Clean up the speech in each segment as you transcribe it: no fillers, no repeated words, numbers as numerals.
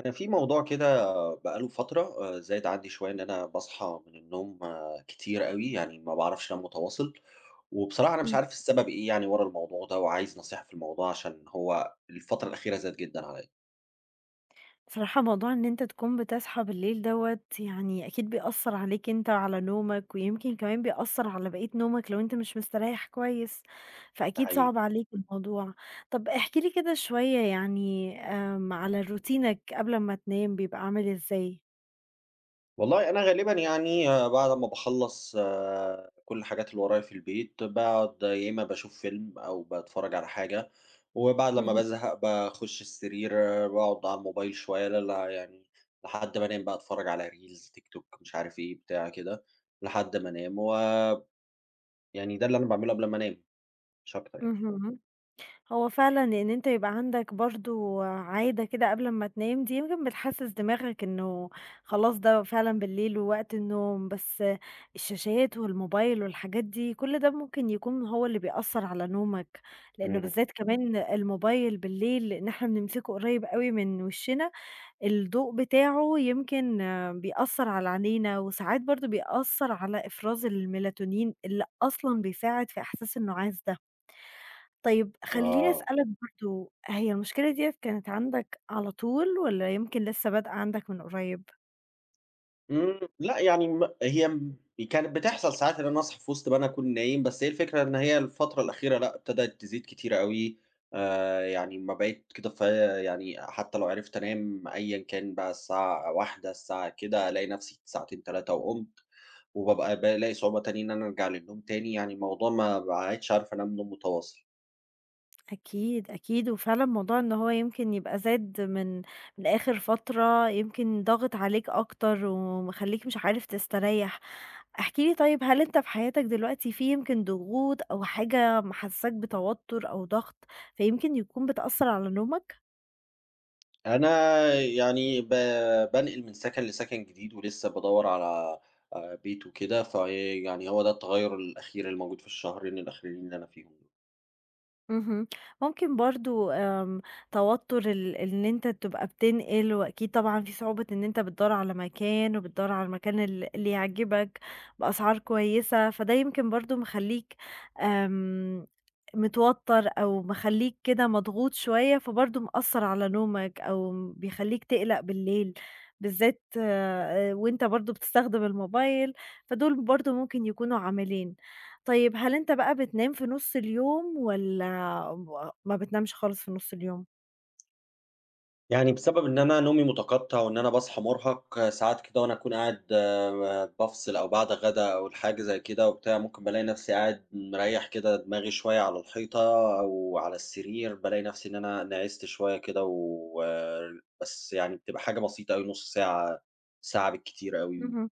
أنا في موضوع كده بقى له فترة زايد عندي شوية إن أنا باصحى من النوم آه، كتير أوي، يعني ما باعرفش أنام متواصل، وبصراحة أنا مش إمم. عارف السبب إيه يعني ورا الموضوع ده وعايز نصيحة في الموضوع عشان هو الفترة الأخيرة زاد جدًا عليّا، بصراحة موضوع إن أنت تكون بتصحى بالليل دوّة يعني أكيد بيأثّر عليك أنت وعلى نومك، ويمكن كمان بيأثّر على بقية نومك لو أنت مش مستريّح كويس، ده فأكيد حقيقي. صعب عليك الموضوع. طَب احكِ لي كده شوية يعني على روتينك قبل أمّا تنام بيبقى عامل إزاي؟ والله أنا غالبًا يعني بعد ما باخلّص كل الحاجات اللي ورايا في البيت، باقعد يا إما باشوف فيلم أو باتفرّج على حاجة، وبعد لمّا اهم، بازهق باخُش السرير، باقعد على الموبايل شوية ل ل يعني لحد ما أنام بقى أتفرّج على reels، تيك توك، مش عارف إيه، بتاع كده، لحد ما أنام، و يعني ده اللي أنا باعمله قبل ما أنام مش أكتر يعني. اهم. هو فعلًا إن أنت يبقى عندك برضه عادة كده قبل أمّا تنام دي يمكن بتحسّس دماغك إنه خلاص ده فعلًا بالليل ووقت النوم، بس الشاشات والموبايل والحاجات دي كل ده ممكن يكون هو اللي بيأثّر على نومك، لإنه إمم، بالذات كمان الموبايل بالليل لإن إحنا بنمسكه قريّب أوي من وشّنا، الضوء بتاعه يمكن آه، بيأثّر على عينينا وساعات برضه بيأثّر على إفراز الMelatonin اللي أصلًا بيساعد في إحساس النُعاس ده. طيب خلّيني آه. أسألك برضه، هي المشكلة ديّة كانت عندك على طول والّا يمكن لسه بادئة عندك من قريب؟ إمم، لأ يعني هي كانت بتحصل ساعات إن أنا أصحى في وسط ما أنا أكون نايم، بس هي الفكرة إن هي الفترة الأخيرة لأ، ابتدت تزيد كتير أوي، يعني أمّا بقيت كده في يعني حتى لو عرفت أنام أيًا كان بقى الساعة 01:00 الساعة كده، ألاقي نفسي ساعتين 3 وقُمت، وبابقى بالاقي صعوبة تانية إن أنا أرجع للنوم تاني، يعني الموضوع ما باعدش عارف أنام نوم متواصل. أكيد، أكيد، وفعلًا موضوع إن هو يمكن يبقى زاد من آخر فترة، يمكن ضاغط عليك أكتر ومخلّيك مش عارف تستريّح. احكِ لي طيب هل أنت في حياتك دلوقتي في يمكن ضغوط أو حاجة محسّساك بتوتر أو ضغط، فيمكن يكون بتأثّر على نومك؟ أنا يعني بانقل من سكن لسكن جديد، ولسه بادوّر على بيت وكده، فيعني هو ده التغيّر الأخير اللي موجود في الشهرين الأخيرين اللي أنا فيهم دول. اهم. ممكن برضه توتر إن أنت تبقى بتنقل، وأكيد طبعًا في صعوبة إن أنت بتدوّر على مكان، وبتدوّر على المكان اللي يعجبك بأسعار كويسة، فده يمكن برضه مخلّيك آمم، متوتر أو مخلّيك كده مضغوط شوية، فبرضه مأثّر على نومك أو بيخلّيك تقلق بالليل، بالذات وأنت برضه بتستخدم الموبايل، فدول برضه ممكن يكونوا عاملين. طيب هل أنت بقى بتنام في نُص اليوم والّا ما بتنامش خالص في نُص اليوم؟ يعني بسبب إن أنا نومي متقطّع وإن أنا باصحى مرهق آه، ساعات كده وأنا أكون قاعد بافصل أو بعد غدا أو الحاجة زي كده وبتاع، ممكن بالاقي نفسي قاعد مريّح كده دماغي شوية على الحيطة أو على السرير، بالاقي نفسي إن أنا نعست شوية كده و آه، بس يعني بتبقى حاجة بسيطة أوي، نُص ساعة، ساعة بالكتير أوي. اهم.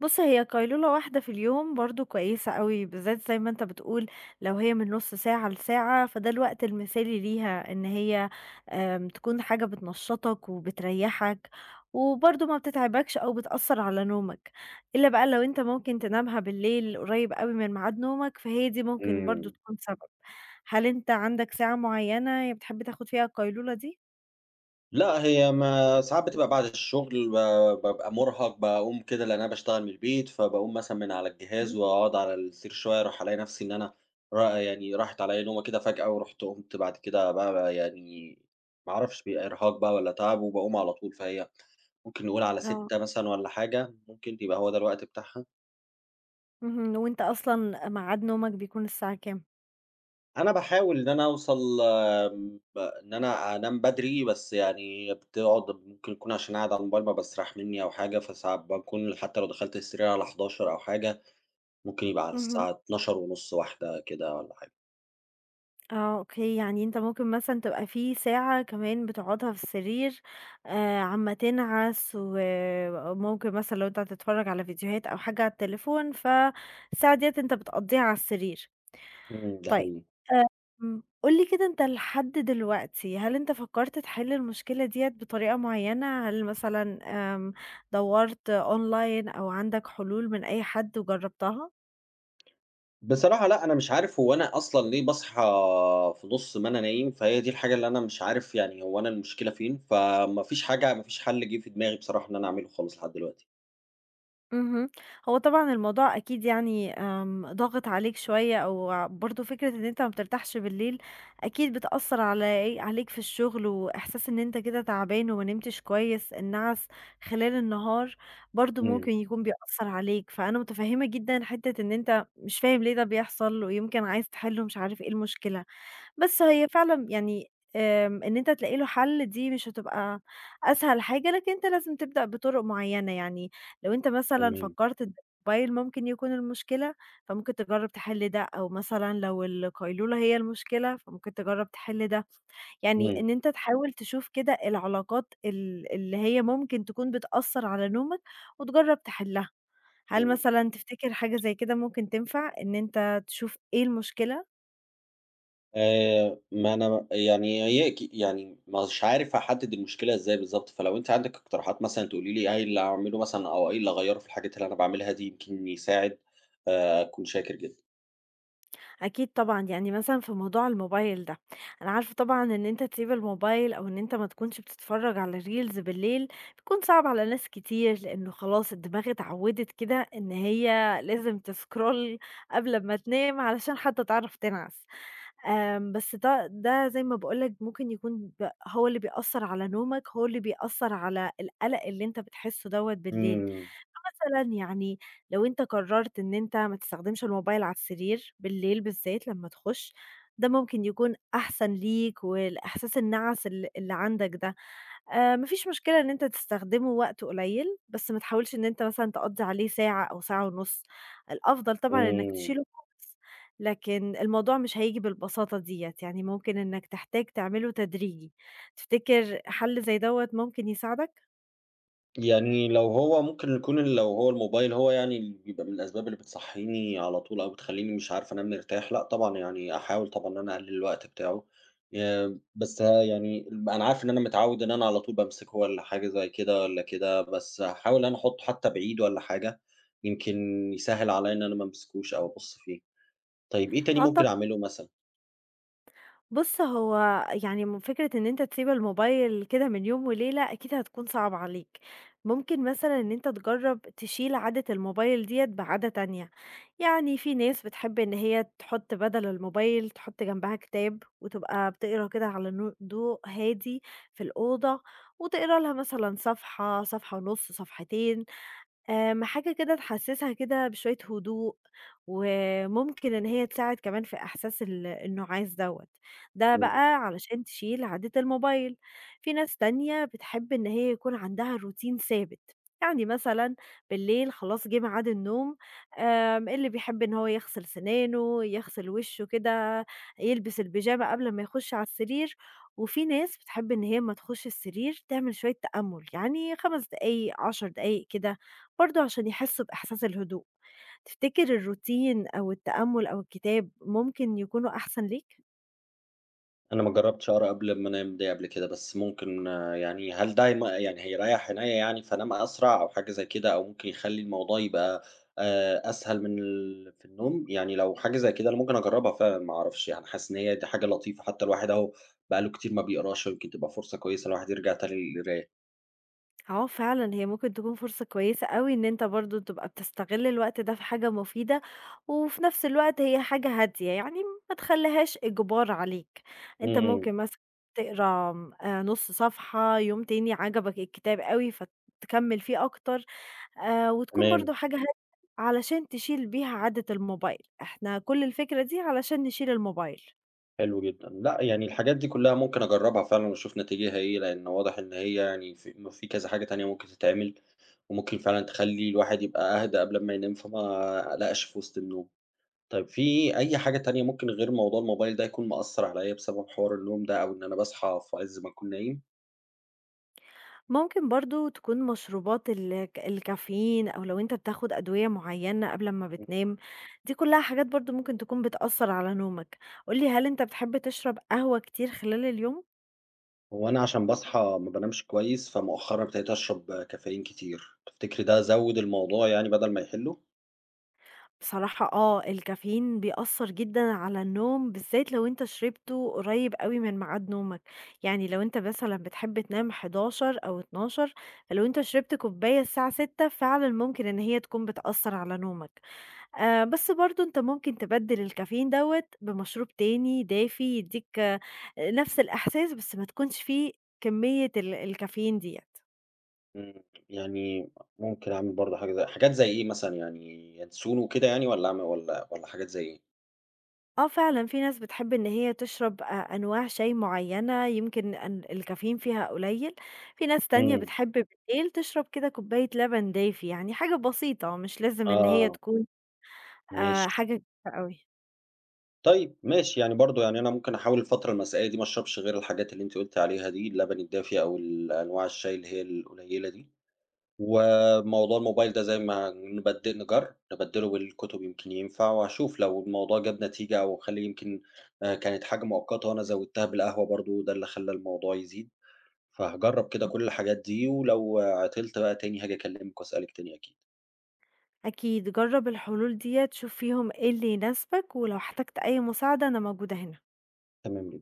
بُص، هي قيلولة واحدة في اليوم برضه كويسة أوي، بالذات زي ما أنت بتقول لو هي من نُص ساعة لساعة، فده الوقت المثالي ليها إن هي تكون حاجة بتنشّطك وبتريّحك، وبرضه ما بتتعبكش أو بتأثّر على نومك، إلا بقى لو أنت ممكن تنامها بالليل قريب أوي من ميعاد نومك، فهي دي ممكن برضه إمم. تكون سبب. هل أنت عندك ساعة معيّنة بتحب تاخد فيها القيلولة دي؟ لأ، هي ما ساعات بتبقى بعد الشغل بابقى مرهق، باقوم كده لأن أنا باشتغل من البيت، فباقوم مثلًا من على الجهاز اهم. وأقعد على السرير شوية، أروح ألاقي نفسي إن أنا يعني راحت عليّا نومة كده فجأة، ورُحت قُمت بعد كده بقى يعني ما أعرفش بيبقى إرهاق بقى والّا تعب، وباقوم على طول، فهي ممكن نقول على آه، 18:00 مثلًا والّا حاجة، ممكن يبقى هو ده الوقت بتاعها. اهم، وأنت أصلًا ميعاد نومك بيكون الساعة كام؟ أنا باحاول إن أنا أوصل آمم، ب إن أنا أنام بدري، بس يعني بتقعد ممكن يكون عشان قاعد على الموبايل ما باستريح مني أو حاجة، فساعات باكون حتى لو دخلت السرير على 23:00 أو حاجة، ممكن يبقى على اهم. الساعة 00:30، 01:00 كده والّا حاجة. آه، أوكي، يعني أنت ممكن مثلًا تبقى في ساعة كمان بتقعدها في السرير عمّال تنعس وممكن مثلًا لو أنت هتتفرج على فيديوهات أو حاجة على التليفون، فالساعة ديّة أنت بتقضّيها على السرير. إمم، ده طيب حقيقي. قُل لي كده أنت لحد دلوقتي هل أنت فكّرت تحل المشكلة ديّة بطريقة معيّنة؟ هل مثلًا آمم، دوّرت أونلاين أو عندك حلول من أي حد وجرّبتها؟ بصراحة لأ، أنا مش عارف هو أنا أصلًا ليه باصحى في نُص ما أنا نايم، فهي دي الحاجة اللي أنا مش عارف يعني هو أنا المشكلة فين، فما فيش حاجة، ما فيش حل جه في دماغي بصراحة إن أنا أعمله خالص لحد دلوقتي. اهم. هو طبعًا الموضوع أكيد يعني ضاغط عليك شوية أو برضه فكرة إن أنت ما بترتاحش بالليل، أكيد بتأثّر على إيه، عليك في الشغل وإحساس إن أنت كده تعبان وما نمتش كويس، النَعَس خلال النهار برضه إمم، ممكن يكون بيأثّر عليك، فأنا متفهّمة جدًا حتّة إن أنت مش فاهم ليه ده بيحصل ويمكن عايز تحِل ومش عارف إيه المشكلة. بس هي فعلًا يعني إن أنت تلاقي له حل دي مش هتبقى أسهل حاجة، لكن أنت لازم تبدأ بطرق معيّنة، يعني لو أنت مثلًا تمام. فكّرت إن الموبايل ممكن يكون المشكلة، فممكن تجرّب تحل ده، أو مثلًا لو القيلولة هي المشكلة، فممكن تجرّب تحل ده، يعني إمم، إن أنت تحاول تشوف كده العلاقات اللي هي ممكن تكون بتأثّر على نومك وتجرّب تحلّها. هل إمم. مثلًا تفتكر حاجة زي كده ممكن تنفع إن أنت تشوف إيه المشكلة؟ ما أنا يعني هي أكي يعني مش عارف أحدد المشكلة إزاي بالضبط، فلو أنتِ عندِك اقتراحات مثلًا تقولي لي إيه اللي أعمله مثلًا أو إيه اللي أغيّره في الحاجات اللي أنا باعملها دي يمكن يساعد، أكون شاكر جدًا. أكيد طبعًا، يعني مثلًا في موضوع الموبايل ده، أنا عارفة طبعًا إن أنت تسيب الموبايل أو إن أنت ما تكونش بتتفرّج على reels بالليل، بيكون صعب على ناس كتير، لإنه خلاص الدماغ اتعوّدت كده إن هي لازم تscroll قبل أمّا تنام علشان حتى تعرف تنعس. بس ده زي ما باقول لك ممكن يكون هو اللي بيأثّر على نومك، هو اللي بيأثّر على القلق اللي أنت بتحسّه دوّة بالليل. إمم. فمثلًا يعني لو أنت قرّرت إن أنت ما تستخدمش الموبايل على السرير بالليل بالذات لمّا تخُش، ده ممكن يكون أحسن ليك والإحساس النَعَس اللي عندك ده. ما فيش مشكلة إن أنت تستخدمه وقت قليل، بس ما تحاولش إن أنت مثلًا تقضّي عليه ساعة أو ساعة ونُص، الأفضل طبعًا إنك إمم. تشيله خالص، لكن الموضوع مش هييجي بالبساطة ديّة، يعني ممكن إنك تحتاج تعمله تدريجي، تفتكر حل زي دوّة ممكن يساعدك؟ يعني لو هو ممكن يكون لو هو الموبايل هو يعني اللي بيبقى من الأسباب اللي بتصحيني على طول أو بتخلّيني مش عارف أنام مرتاح، لأ طبعًا يعني أحاول طبعًا إن أنا أقلل الوقت بتاعه، بس يعني أنا عارف إن أنا متعوّد إن أنا على طول بامسكه والّا حاجة زي كده والّا كده، بس هاحاول إن أنا أحطه حتى بعيد والّا حاجة، يمكن يسهّل عليّا إن أنا ما امسكوش أو أبُص فيه. طيب إيه تاني آه ممكن أعمله مثلًا؟ بُص، هو يعني فكرة إن أنت تسيب الموبايل كده من يوم وليلة أكيد هتكون صعبة عليك، ممكن مثلًا إن أنت تجرّب تشيل عادة الموبايل ديّة بعادة تانية، يعني في ناس بتحب إن هي تحط بدل الموبايل تحط جنبها كتاب وتبقى بتقرا كده على ضوء هادي في الأوضة وتقرا لها مثلًا صفحة، صفحة ونُص، صفحتين. حاجة كده تحسّسها كده بشوية هدوء، وممكن إن هي تساعد كمان في إحساس النُّعاس دوّة، ده بقى علشان تشيل عادة الموبايل. في ناس تانية بتحب إن هي يكون عندها روتين ثابت، يعني مثلًا بالليل خلاص جِه ميعاد النوم، اللي بيحب إن هو يغسل سِنانه، يغسل وشه كده، يلبس البيجامة قبل ما يخُش على السرير، وفي ناس بتحب إن هي أمّا تخُش السرير تعمل شوية تأمُّل، يعني 5 دقايق، 10 دقايق كده، برضه عشان يحسّوا بإحساس الهدوء. تفتكر الروتين أو التأمُّل أو الكتاب ممكن يكونوا أحسن ليك؟ أنا ما جرّبتش أقرا قبل ما أنام دي قبل كده، بس ممكن آه، يعني هل ده يعني هيريّح عينيّا يعني فأنام أسرع أو حاجة زي كده، أو ممكن يخلّي الموضوع يبقى أسهل من في النوم؟ يعني لو حاجة زي كده أنا ممكن أجرّبها فعلًا ما أعرفش، يعني حاسس إن هي دي حاجة لطيفة، حتى الواحد أهو بقى له كتير ما بيقراش، يمكن تبقى فرصة كويسة الواحد يرجع تاني للقراية. آه فعلًا، هي ممكن تكون فرصة كويسة أوي إن أنت برضه تبقى بتستغل الوقت ده في حاجة مفيدة، وفي نفس الوقت هي حاجة هادية، يعني ما تخليهاش إجبار عليك، أنت إمم، ممكن مثلًا تقرا نُص صفحة، يوم تاني عجبك الكتاب أوي فتكمّل فيه أكتر، وتكون برضه تمام، حاجة هادية علشان تشيل بيها عادة الموبايل، إحنا كل الفكرة دي علشان نشيل الموبايل. حلو جدًا. لأ، يعني الحاجات دي كلّها ممكن أجرّبها فعلًا وأشوف نتيجتها إيه، لإن واضح إن هي يعني في كذا حاجة تانية ممكن تتعمل. وممكن فعلًا تخلّي الواحد يبقى أهدى قبل أمّا ينام، فما أقلقش في وسط النوم. طيب في أي حاجة تانية ممكن غير موضوع الموبايل ده يكون مأثّر عليّا بسبب حوار النوم ده، أو إن أنا باصحى في عِز ما أكون نايم؟ ممكن برضه تكون مشروبات الكافيين أو لو أنت بتاخد أدوية معيّنة قبل أمّا بتنام، دي كلّها حاجات برضه ممكن تكون بتأثّر على نومك. قُل لي هل أنت بتحب تشرب قهوة كتير خلال اليوم؟ هو أنا عشان باصحى ما بانامش كويس، فمؤخرًا ابتديت أشرب كافيين كتير، تفتكري ده زوّد الموضوع يعني بدل ما يحلّه؟ بصراحة آه، الكافيين بيأثّر جدًا على النوم بالذات لو أنت شربته قريب أوي من ميعاد نومك، يعني لو أنت مثلًا بتحب تنام 11:00 أو 12:00 لو أنت شربت كوباية الساعة 6:00 فعلًا ممكن إن هي تكون بتأثّر على نومك. بس برضه أنت ممكن تبدِّل الكافيين دوّة بمشروب تاني دافي يدّيك آه، نفس الإحساس، بس ما تكونش فيه كمية الكافيين ديّة. إمم، يعني ممكن أعمل برضه حاجة، زي حاجات زي إيه مثلًا يعني ينسون وكده يعني والّا أعم والّا والّا حاجات زي إيه؟ آه، فعلًا في ناس بتحب إن هي تشرب أنواع شاي معيّنة يمكن أن الكافيين فيها قليل، في ناس تانية إمم، بتحب بالليل تشرب كده كوباية لبن دافي، يعني حاجة بسيطة مش لازم إن هي آه، تكون ماشي. حاجة كبيرة أوي. طيب ماشي، يعني برضه يعني أنا ممكن أحاول الفترة المسائية دي ما أشربش غير الحاجات اللي أنتِ قُلتِ عليها دي، اللبن الدافي أو أنواع الشاي اللي هي القليلة دي، وموضوع الموبايل ده زي ما نجرب نبدّله بالكتب يمكن ينفع، وهاشوف لو الموضوع جاب نتيجة أو خلّي يمكن كانت حاجة مؤقتة وأنا زوّدتها بالقهوة برضه ده اللي خلّى الموضوع يزيد، فهاجرّب كده إمم، كل الحاجات دي، ولو آه، عطلت بقى تاني هاجي أكلّمِك وأسألِك تاني أكيد. أكيد جرّب الحلول ديّة، شوف فيهم إيه اللي يناسبك، ولو احتجت أي مساعدة أنا موجودة هنا. تمام جدًا.